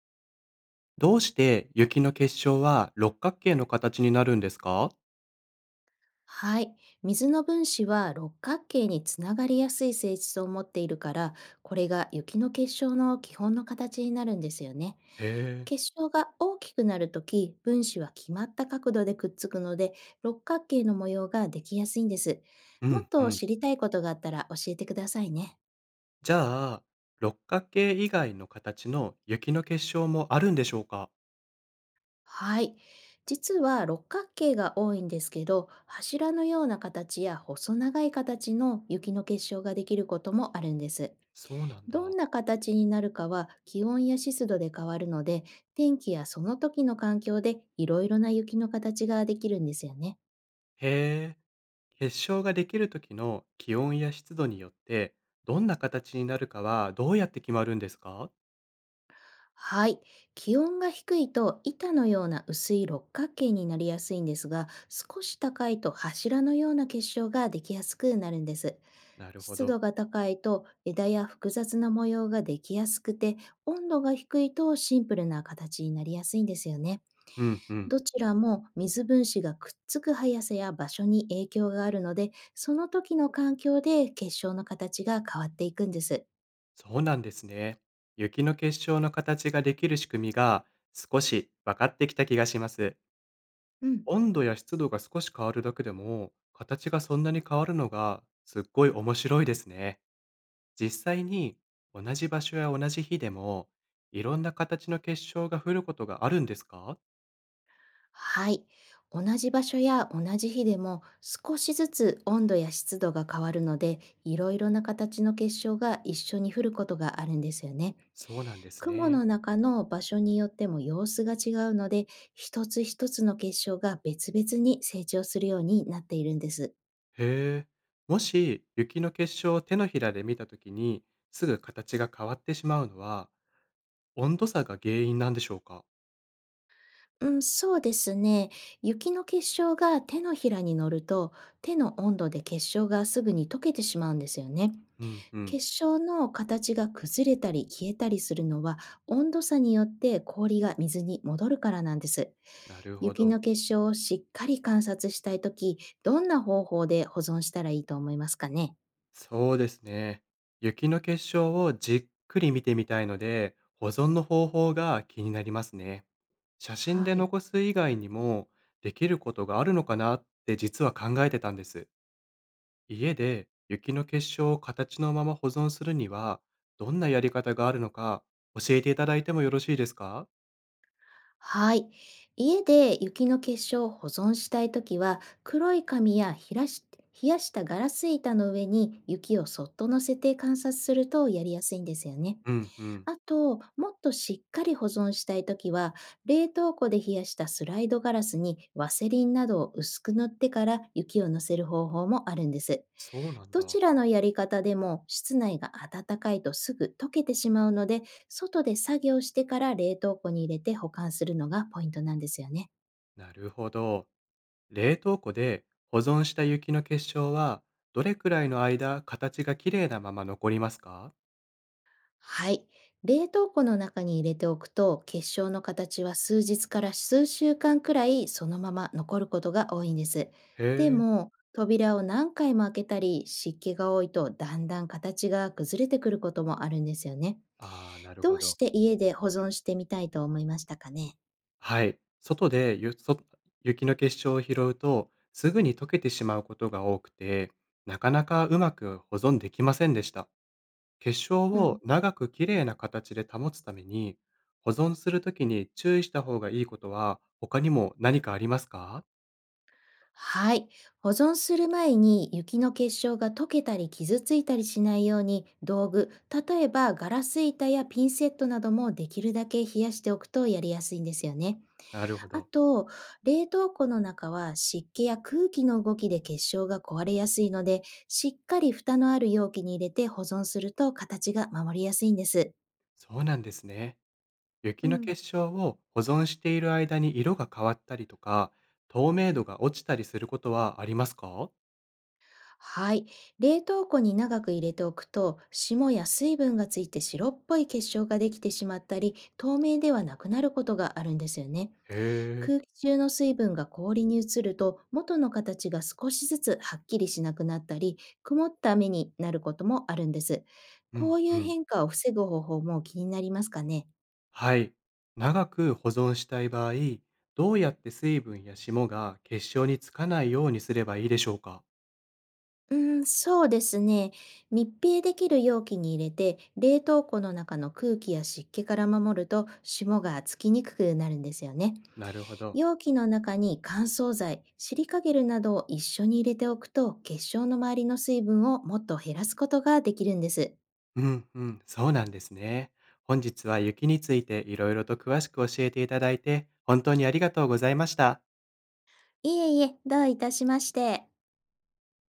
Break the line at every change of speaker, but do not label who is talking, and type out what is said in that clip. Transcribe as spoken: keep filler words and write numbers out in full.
どうして雪の結晶は六角形の形になるんですか？
はい。水の分子は六角形につながりやすい性質を持っているから、これが雪の結晶の基本の形になるんですよね。
へえ。
結晶が大きくなるとき、分子は決まった角度でくっつくので、六角形の模様ができやすいんです。
う
も
ん
っ
う
と
ん。
知りたいことがあったら教えてくださいね。
じゃあ、六角形以外の形の雪の結晶もあるんでしょうか？
はい。実は六角形が多いんですけど、柱のような形や細長い形の雪の結晶ができることもあるんです。
そうなんだ。
どんな形になるかは気温や湿度で変わるので、天気やその時の環境でいろいろな雪の形ができるんですよね。
へえ。結晶ができる時の気温や湿度によって、どんな形になるかはどうやって決まるんですか？
はい。気温が低いと板のような薄い六角形になりやすいんですが、少し高いと柱のような結晶ができやすくなるんです。
なるほ
湿
ど。
度が高いと枝や複雑な模様ができやすくて、温度が低いとシンプルな形になりやすいんですよね。
うんうん。
どちらも水分子がくっつく速さや場所に影響があるので、その時の環境で結晶の形が変わっていくんです。
そうなんですね。雪の結晶の形ができる仕組みが少し分かってきた気がします。
うん。
温度や湿度が少し変わるだけでも、形がそんなに変わるのがすっごい面白いですね。実際に同じ場所や同じ日でも、いろんな形の結晶が降ることがあるんですか？
はい。同じ場所や同じ日でも少しずつ温度や湿度が変わるので、いろいろな形の結晶が一緒に降ることがあるんですよね。
そうなんです
雲
ね。
の中の場所によっても様子が違うので、一つ一つの結晶が別々に成長するようになっているんです。
へえ。もし雪の結晶を手のひらで見たときに、すぐ形が変わってしまうのは、温度差が原因なんでしょうか？
うん、そうですね。雪の結晶が手のひらに乗ると、手の温度で結晶がすぐに溶けてしまうんですよね。
うんうん。
結晶の形が崩れたり消えたりするのは、温度差によって氷が水に戻るからなんです。
なるほ
雪
ど。
の結晶をしっかり観察したいとき、どんな方法で保存したらいいと思いますかね。
そうですね。雪の結晶をじっくり見てみたいので、保存の方法が気になりますね。写真で
はい。
残す以外にも、できることがあるのかなって実は考えてたんです。家で雪の結晶を形のまま保存するには、どんなやり方があるのか教えていただいてもよろしいですか？
はい。家で雪の結晶を保存したいときは、黒い紙やひらし冷やしたガラス板の上に雪をそっと乗せて観察するとやりやすいんですよね。
うんうん。
あと、もっとしっかり保存したいときは、冷凍庫で冷やしたスライドガラスにワセリンなどを薄く塗ってから雪を乗せる方法もあるんです。
そうなん
ど
だ。
ちらのやり方でも室内が暖かいとすぐ溶けてしまうので、外で作業してから冷凍庫に入れて保管するのがポイントなんですよね。
なるほど。冷凍庫で保存した雪の結晶は、どれくらいの間、形が綺麗なまま残りますか？
はい。冷凍庫の中に入れておくと結晶の形は数日から数週間くらいそのまま残ることが多いんです。
へ
で
え。
も扉を何回も開けたり湿気が多いとだんだん形が崩れてくることもあるんですよね。
ああ、なる
ど
ほ
うし
ど。
て家で保存してみたいと思いましたかね？
はい。外でゆそ雪の結晶を拾うと、すぐに溶けてしまうことが多くて、なかなかうまく保存できませんでした。結晶
う
を
ん。
長く綺麗な形で保つために、保存するときに注意した方がいいことは、他にも何かありますか？
はい。保存する前に雪の結晶が溶けたり傷ついたりしないように道具、例えばガラス板やピンセットなどもできるだけ冷やしておくとやりやすいんですよね。
なるほ
あ
ど。
と、冷凍庫の中は湿気や空気の動きで結晶が壊れやすいので、しっかり蓋のある容器に入れて保存すると形が守りやすいんです。
そうなんですね。
う
雪の
ん。
結晶を保存している間に色が変わったりとか、透明度が落ちたりすることはありますか？
はい。冷凍庫に長く入れておくと、霜や水分がついて白っぽい結晶ができてしまったり、透明ではなくなることがあるんですよね。
へえ。
空気中の水分が氷に移ると、元の形が少しずつはっきりしなくなったり、曇った目になることもあるんです。
う
こ
ん
うい
う
う
ん。
変化を防ぐ方法も気になりますかね。
はい。長く保存したい場合、どうやって水分や霜が結晶につかないようにすればいいでしょうか？
うーん、そうですね。密閉できる容器に入れて、冷凍庫の中の空気や湿気から守ると、霜がつきにくくなるんですよね。
なるほど。
容器の中に乾燥剤、シリカゲルなどを一緒に入れておくと、結晶の周りの水分をもっと減らすことができるんです。
うんうん、そうなんですね。本日は雪についていろいろと詳しく教えていただいて、本当にありがとうございました。
いえいえ、どういたしまして。